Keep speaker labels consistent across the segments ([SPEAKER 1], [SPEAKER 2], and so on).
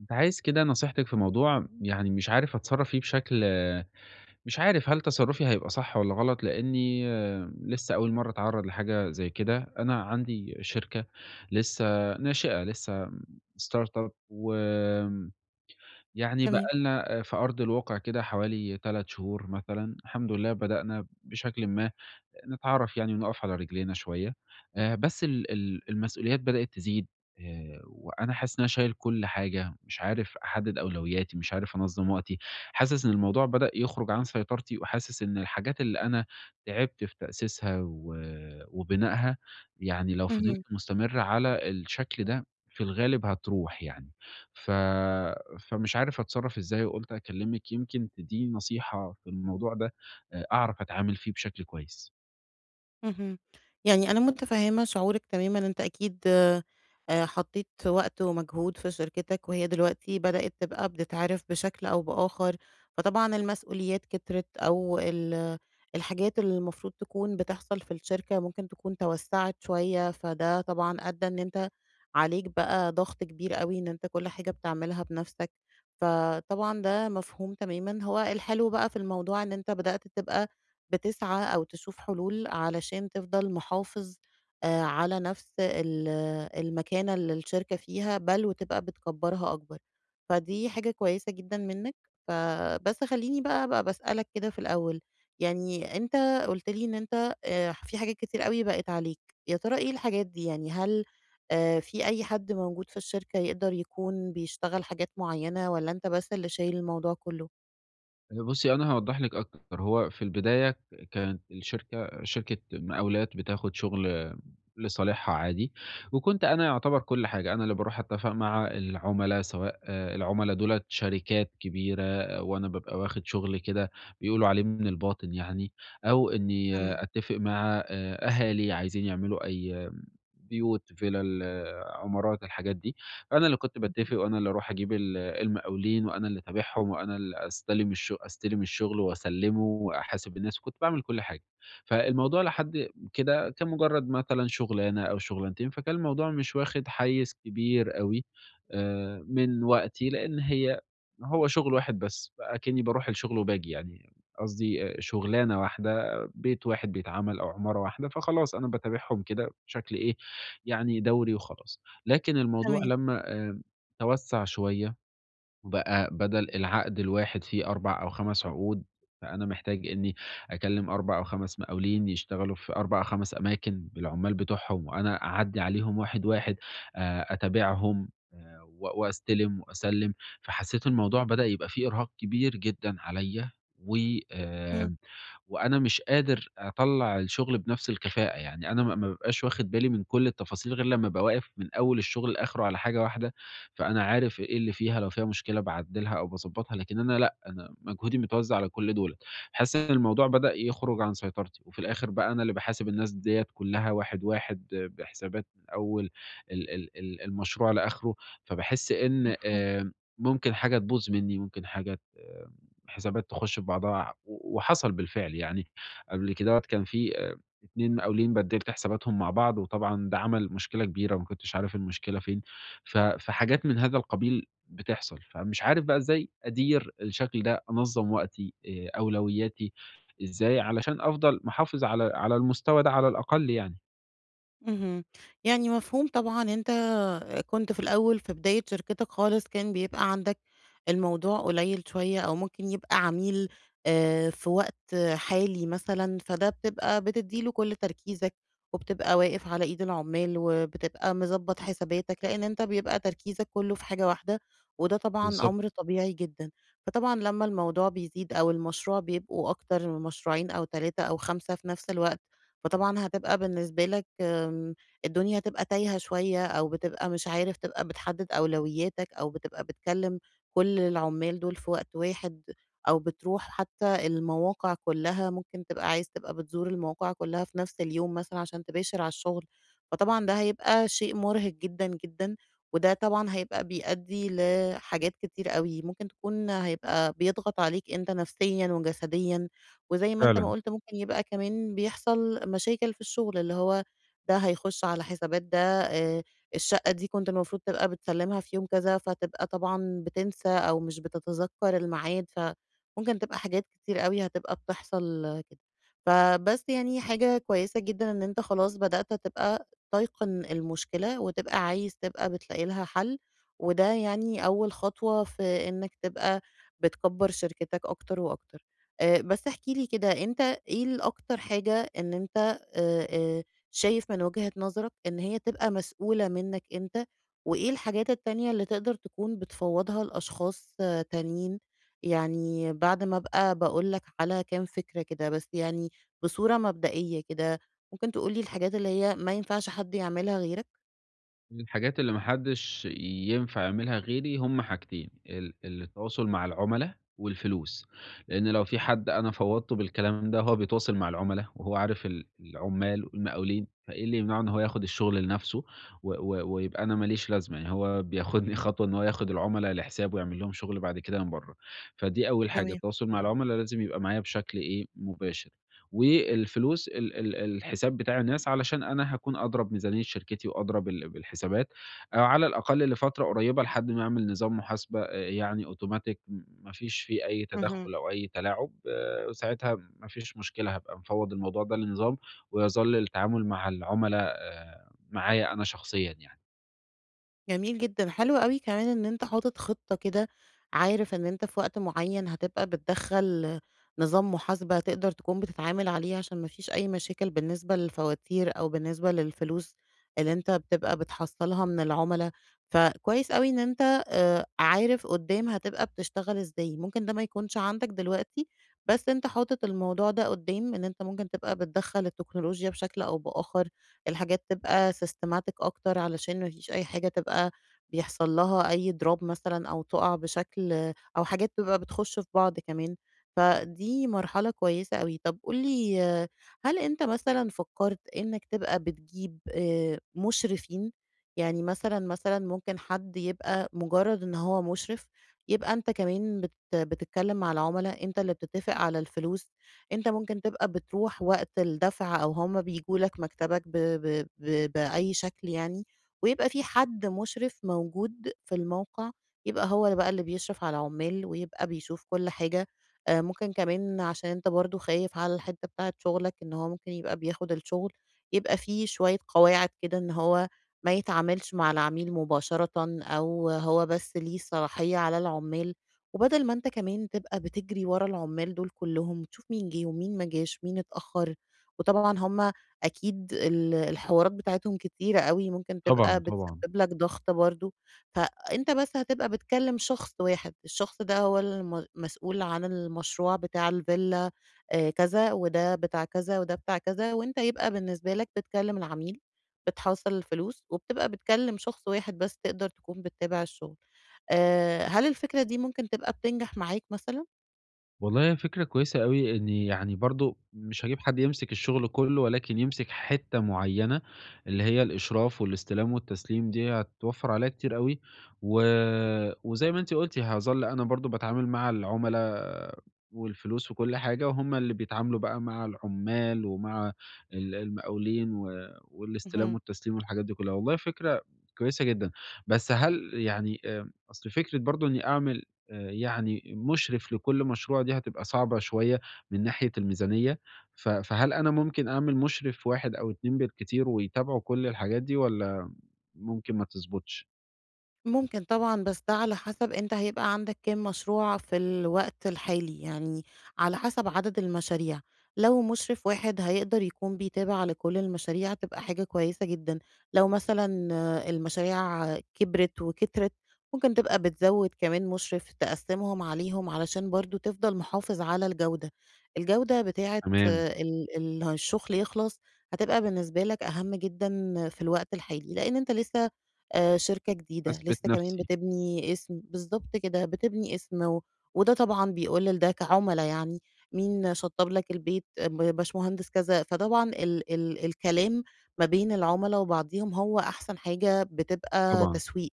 [SPEAKER 1] كنت عايز كده نصيحتِك في موضوع يعني مش عارف أتصرّف فيه بشكل. مش عارف هل تصرُّفي هيبقى صح والّا غلط، لإني آه، لسه أول مرّة أتعرّض لحاجة زي كده. أنا عندي شركة لسه ناشئة، لسه startup يعني بقى
[SPEAKER 2] تمام.
[SPEAKER 1] لنا في أرض الواقع كده حوالي 3 شهور مثلًا، الحمد لله بدأنا بشكلٍ ما نتعرّف يعني ونقف على رجلينا شوية. بس ال المسؤوليات بدأت تزيد. وأنا حاسس إن أنا شايل كل حاجة، مش عارف أحدّد أولوياتي، مش عارف أنظّم وقتي، حاسس إن الموضوع بدأ يخرج عن سيطرتي، وحاسس إن الحاجات اللي أنا تعبت في تأسيسها وبنائها، يعني لو فضلت
[SPEAKER 2] اهم.
[SPEAKER 1] مستمر على الشكل ده، في الغالب هتروح يعني. ف فمش عارف أتصرّف إزاي، وقُلت أكلّمِك يمكن تدّيني نصيحة في الموضوع ده، أعرف أتعامل فيه بشكل كويس.
[SPEAKER 2] اهم. يعني أنا متفهمة شعورِك تمامًا، أنت أكيد حطيت وقت ومجهود في شركتك، وهي دلوقتي بدأت تبقى بتتعرف بشكل أو بآخر، فطبعًا المسؤوليات كترت أو الحاجات اللي المفروض تكون بتحصل في الشركة ممكن تكون توسّعت شوية، فده طبعًا أدّى إن أنت عليك بقى ضغط كبير أوي، إن أنت كل حاجة بتعملها بنفسك، فطبعًا ده مفهوم تمامًا. هو الحلو بقى في الموضوع إن أنت بدأت تبقى بتسعى أو تشوف حلول علشان تفضل محافظ على نفس المكانة اللي الشركة فيها، بل وتبقى بتكبّرها أكبر. فدي حاجة كويسة جدًا منّك، فبس خلّيني بقى أبقى باسألك كده في الأول، يعني أنت قُلت لي إن أنت في حاجات كتير أوي بقِت عليك، يا ترى إيه الحاجات دي؟ يعني هل في أي حد موجود في الشركة يقدر يكون بيشتغل حاجات معيّنة والّا أنت بس اللي شايل الموضوع كُلّه؟
[SPEAKER 1] بُصّي، أنا هاوضّح لِك أكتر. هو في البداية كانت الشركة شركة مقاولات بتاخد شغل لصالحها عادي، وكنت أنا يعتبر كل حاجة، أنا اللي باروح أتفق مع العُملا سواء العُملا دُولة شركات كبيرة آه، وأنا بابقى واخد شغل كده بيقولوا عليه من الباطن يعني، أو إني آه،
[SPEAKER 2] تمام.
[SPEAKER 1] أتّفق مع أهالي عايزين يعملوا أي آه، بيوت، فِلَل، عمارات، الحاجات دي. أنا اللي كنت
[SPEAKER 2] اهم.
[SPEAKER 1] باتفق وأنا اللي أروح أجيب ال المقاولين وأنا اللي أتابعهم وأنا اللي أستلم الشغل وأسلّمه وأحاسب الناس، وكنت باعمل كل حاجة. فالموضوع لحد كده كان مجرّد مثلًا شغلانة أو شغلانتين، فكان الموضوع مش واخد حيّز كبير أوي من وقتي، لإن هو شغل واحد بس، أكنّي باروح الشغل وباجي يعني قصدي شغلانة واحدة، بيت واحد بيتعمل أو عمارة واحدة، فخلاص أنا باتابعهم كده بشكل إيه، يعني دوري وخلاص. لكن الموضوع
[SPEAKER 2] تمام.
[SPEAKER 1] لمّا توسّع شوية، وبقى بدل العقد الواحد فيه 4 أو 5 عقود، فأنا محتاج إنّي أكلّم 4 أو 5 مقاولين يشتغلوا في 4 أو 5 أماكن بالعمّال بتوعهم، وأنا أعدّي عليهم واحد، واحد، أتابعهم آه، وأستلم وأسلّم. فحسّيت الموضوع بدأ يبقى فيه إرهاق كبير جدًا عليّا و
[SPEAKER 2] إمم.
[SPEAKER 1] آآ وأنا مش قادر أطلّع الشغل بنفس الكفاءة، يعني أنا ما بابقاش واخد بالي من كل التفاصيل غير لمّا أبقى واقف من أول الشغل لآخره على حاجة واحدة، فأنا عارف إيه اللي فيها، لو فيها مشكلة باعدّلها أو باضبّطها، لكن أنا لأ، أنا مجهودي متوزّع على كل دُولة. باحس إن الموضوع بدأ يخرج عن سيطرتي، وفي الآخر بقى أنا اللي باحاسب الناس ديّة كلّها واحد، واحد، بحسابات من أول ال المشروع لآخره. فباحس إن ممكن حاجة تبوظ منّي، ممكن حاجة ت حسابات تخش في بعضها، وحصل بالفعل يعني قبل كدهوّة كان في 2 مقاولين بدّلت حساباتهم مع بعض، وطبعًا ده عمل مشكلة كبيرة ما كنتش عارف المشكلة فين. فحاجات من هذا القبيل بتحصل، فمش عارف بقى إزاي أدير الشكل ده، أنظّم وقتي، أولوياتي إزاي علشان أفضل محافظ على المستوى ده على الأقل يعني.
[SPEAKER 2] اهم. يعني مفهوم طبعًا أنت كنت في الأول في بداية شركتك خالص كان بيبقى عندك الموضوع قليل شوية أو ممكن يبقى عميل في وقت حالي مثلًا، فده بتبقى بتدّي له كل تركيزك وبتبقى واقف على إيد العمّال وبتبقى مضبّط حساباتك، لإن أنت بيبقى تركيزك كُلّه في حاجة واحدة وده طبعًا أمر
[SPEAKER 1] بالضبط.
[SPEAKER 2] طبيعي جدًا. فطبعًا لمّا الموضوع بيزيد أو المشروع بيبقوا أكتر من مشروعين أو 3 أو 5 في نفس الوقت، فطبعًا هتبقى بالنسبة لك، آمم، الدنيا هتبقى تايهة شوية أو بتبقى مش عارف تبقى بتحدد أولوياتك أو بتبقى بتكلم كل العمال دول في وقت واحد، أو بتروح حتى المواقع كلها ممكن تبقى عايز تبقى بتزور المواقع كلها في نفس اليوم مثلًا عشان تباشر على الشغل، فطبعًا ده هيبقى شيء مرهق جدًا، جدًا، وده طبعًا هيبقى بيؤدي لحاجات كتير أوي، ممكن تكون هيبقى بيضغط عليك أنت نفسيًا وجسديًا، وزي ما أنت ما
[SPEAKER 1] فعلًا.
[SPEAKER 2] قُلت ممكن يبقى كمان بيحصل مشاكل في الشغل، اللي هو ده هيخش على حسابات ده، الشقة دي كنت المفروض تبقى بتسلّمها في يوم كذا، فتبقى طبعًا بتنسى أو مش بتتذكّر الميعاد، فممكن تبقى حاجات كتير أوي هتبقى بتحصل كده. فبس يعني حاجة كويسة جدًا إن أنت خلاص بدأت تبقى تَيقِن المشكلة، وتبقى عايز تبقى بتلاقي لها حل، وده يعني أول خطوة في إنّك تبقى بتكبّر شركتك أكتر وأكتر. بس احكِ لي كده، أنت إيه الأكتر حاجة إن أنت آآ شايف من وجهة نظرك إن هي تبقى مسؤولة منّك أنت، وإيه الحاجات التانية اللي تقدر تكون بتفوّضها لأشخاص آه، تانيين؟ يعني بعد ما أبقى باقول لك على كام فكرة كده، بس يعني بصورة مبدئية كده، ممكن تقول لي الحاجات اللي هي ما ينفعش حد يعملها غيرك؟
[SPEAKER 1] من الحاجات اللي ما حدش ينفع يعملها غيري هم حاجتين، ال التواصل مع العُملا والفلوس، لإن لو في حد أنا فوّضته بالكلام ده هو بيتواصل مع العُملا وهو عارف ال العُمّال والمقاولين، فإيه اللي يمنعه إن هو ياخد الشغل لنَفْسه و و ويبقى أنا ما ليش لازمة، يعني هو بياخدني خطوة إن هو ياخد العُملا لحسابه ويعمل لهم شغل بعد كده من برّه. فدي أول حاجة
[SPEAKER 2] تمام.
[SPEAKER 1] التواصل مع العُملا لازم يبقى معايا بشكل إيه، مباشر. والفلوس ال الحساب بتاع الناس علشان أنا هاكون أدرى بميزانية شركتي وأدرى بالحسابات، أو على الأقل لفترة قريبة لحد ما أعمل نظام محاسبة يعني أوتوماتيك ما فيش فيه أي
[SPEAKER 2] اهم.
[SPEAKER 1] تدخُّل أو أي تلاعب، آه، ساعتها ما فيش مشكلة هابقى مفوّض الموضوع ده لنظام، ويظل التعامل مع العُملا معايا أنا شخصيًا يعني.
[SPEAKER 2] جميل جدًا، حلو أوي كمان إن أنت حاطط خطة كده، عارف إن أنت في وقت معين هتبقى بتدخّل نظام محاسبة تقدر تكون بتتعامل عليه، عشان ما فيش أي مشاكل بالنسبة للفواتير أو بالنسبة للفلوس اللي أنت بتبقى بتحصّلها من العُملا، فكويس أوي إن أنت عارف قدّام هتبقى بتشتغل إزاي، ممكن ده ما يكونش عندك دلوقتي، بس أنت حاطط الموضوع ده قدّام إن أنت ممكن تبقى بتدخّل التكنولوجيا بشكل أو بآخر الحاجات تبقى systematic أكتر علشان ما فيش أي حاجة تبقى بيحصل لها أي drop مثلًا أو تُقع بشكل أو حاجات تبقى بتخش في بعض كمان، فدي مرحلة كويسة أوي. طب قُل لي هل أنت مثلًا فكّرت إنّك تبقى بتجيب مُشرفين؟ يعني مثلًا، مثلًا ممكن حد يبقى مجرّد إن هو مُشرف، يبقى أنت كمان بتتكلّم مع العُملا، أنت اللي بتتّفق على الفلوس أنت ممكن تبقى بتروح وقت الدفع أو هم بييجوا لك مكتبك ب ب ب بأي شكل يعني، ويبقى في حد مُشرف موجود في الموقع، يبقى هو بقى اللي بيشرف على العمّال ويبقى بيشوف كل حاجة، ممكن كمان عشان أنت برضه خايف على الحتّة بتاعة شغلك إن هو ممكن يبقى بياخد الشغل، يبقى في شوية قواعد كده إن هو ما يتعاملش مع العميل مباشرةً أو هو بس ليه صلاحية على العمّال. وبدل ما أنت كمان تبقى بتجري ورا العمال دول كلّهم وتشوف مين جِه ومين ما جاش، مين اتأخّر، وطبعًا هم أكيد الحوارات بتاعتهم كتيرة أوي، ممكن تبقى
[SPEAKER 1] طبعًا، طبعًا.
[SPEAKER 2] بتسبب لك ضغط برضه، فأنت بس هتبقى بتكلّم شخص واحد، الشخص ده هو مسؤول عن المشروع بتاع الفيلا كذا، وده بتاع كذا، وده بتاع كذا، وأنت يبقى بالنسبة لك بتكلّم العميل، بتحوّصل الفلوس، وبتبقى بتكلّم شخص واحد بس تقدر تكون بتتابع الشغل. هل الفكرة دي ممكن تبقى بتنجح معاك مثلًا؟
[SPEAKER 1] والله هي فكرة كويسة أوي إني يعني برضه مش هاجيب حد يمسك الشغل كله، ولكن يمسك حتّة معيّنة، اللي هي الإشراف والاستلام والتسليم دي هتوفّر عليّا كتير أوي، و وزي ما أنتِ قُلتِ هاظل أنا برضه باتعامل مع العُملا والفلوس وكل حاجة، وهُم اللي بيتعاملوا بقى مع العُمّال ومع ال المقاولين والاستلام
[SPEAKER 2] اهم.
[SPEAKER 1] والتسليم والحاجات دي كلّها. والله فكرة كويسة جدًا. بس هل يعني أصل فكرة برضه إني أعمل يعني مُشرف لكل مشروع دي هتبقى صعبة شوية من ناحية الميزانية. فهل أنا ممكن أعمل مُشرف واحد أو 2 بالكتير ويتابعوا كل الحاجات دي والّا ممكن ما تضبطش؟
[SPEAKER 2] ممكن طبعًا، بس ده على حسب أنت هيبقى عندك كام مشروع في الوقت الحالي، يعني على حسب عدد المشاريع. لو مُشرف واحد هيقدر يكون بيتابع لكل المشاريع تبقى حاجة كويسة جدًا، لو مثلًا آه، المشاريع كبرت وكترت ممكن تبقى بتزوّد كمان مُشرف تقسّمهم عليهم علشان برضه تفضل محافظ على الجودة. الجودة بتاعة
[SPEAKER 1] تمام.
[SPEAKER 2] آه، ال ال الشغل يخلص هتبقى بالنسبة لك أهم جدًا في الوقت الحالي، لإن أنت لسه شركة جديدة،
[SPEAKER 1] باثبت
[SPEAKER 2] لسه كمان
[SPEAKER 1] نَفْسي.
[SPEAKER 2] بتبني اسم بالضبط كده، بتبني اسم و وده طبعًا بيقول لده كعُملا يعني، مين شطّب لك البيت؟ آه، باشمهندس كذا، فطبعًا ال ال الكلام ما بين العُملا وبعضيهم هو أحسن حاجة بتبقى
[SPEAKER 1] طبعًا.
[SPEAKER 2] تسويق،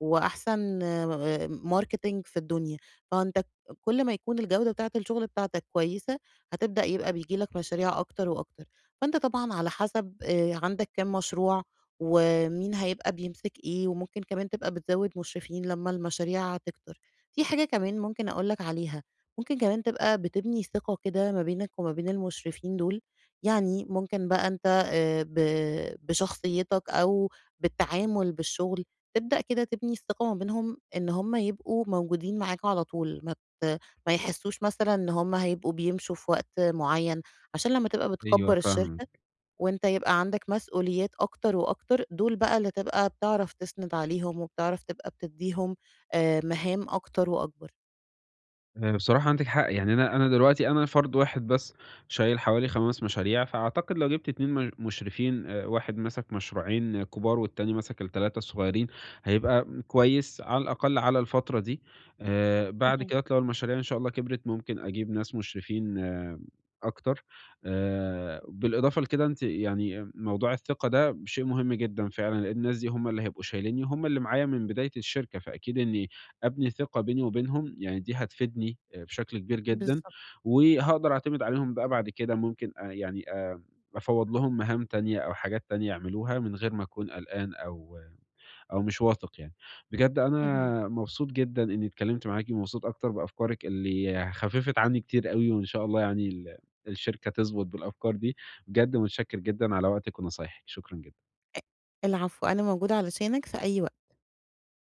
[SPEAKER 2] وأحسن marketing في الدنيا، فأنت كل ما يكون الجودة بتاعة الشغل بتاعتك كويسة، هتبدأ يبقى بييجي لك مشاريع أكتر وأكتر، فأنت طبعًا على حسب عندك كام مشروع ومين هيبقى بيمسك إيه، وممكن كمان تبقى بتزوّد مشرفين لمّا المشاريع تكتر. في حاجة كمان ممكن أقول لك عليها، ممكن كمان تبقى بتبني ثقة كده ما بينك وما بين المشرفين دول، يعني ممكن بقى أنت ب بشخصيتك أو بالتعامل بالشغل، تبدأ كده تبني الثقة ما بينهم إن هم يبقوا موجودين معاك على طول، ت ما يحسّوش مثلًا إن هم هيبقوا بيمشوا في وقت معيّن، عشان لمّا تبقى
[SPEAKER 1] أيوه
[SPEAKER 2] بتكبّر الشركة
[SPEAKER 1] فاهمك.
[SPEAKER 2] وأنت يبقى عندك مسؤوليات أكتر وأكتر، دول بقى اللي تبقى بتعرف تسند عليهم وبتعرف تبقى بتدّيهم مهام أكتر وأكبر.
[SPEAKER 1] بصراحة عندِك حق، يعني أنا دلوقتي أنا فرد واحد بس شايل حوالي 5 مشاريع، فأعتقد لو جِبت 2 مش مشرفين واحد مَسَك مشروعين آه، كبار والتاني مَسَك ال3 الصغيرين، هيبقى كويس على الأقل على الفترة دي. بعد
[SPEAKER 2] اهم.
[SPEAKER 1] كده لو المشاريع إن شاء الله كبرت ممكن أجيب ناس مشرفين آه، أكتر. بالإضافة لكده أنتِ يعني موضوع الثقة ده شيء مهم جدًا فعلًا، لأن الناس دي هم اللي هيبقوا شايلينّي وهم اللي معايا من بداية الشركة، فأكيد إني أبني ثقة بيني وبينهم، يعني دي هتفيدني بشكل كبير جدًا،
[SPEAKER 2] بالضبط.
[SPEAKER 1] وهاقدر أعتمد عليهم بقى بعد كده ممكن أ يعني أفوّض لهم مهام تانية أو حاجات تانية يعملوها من غير ما أكون قلقان أو آه، أو مش واثق يعني. بجد
[SPEAKER 2] اهم.
[SPEAKER 1] أنا مبسوط جدًا إني اتكلمت معاكِ، ومبسوط أكتر بأفكارِك اللي خففت عني كتير أوي، وإن شاء الله يعني ال الشركة تضبط بالأفكار دي. بجد متشكر جدًا على وقتِك ونصايحِك، شكرًا جدًا.
[SPEAKER 2] أ العفو، أنا موجودة علشانك في أي وقت.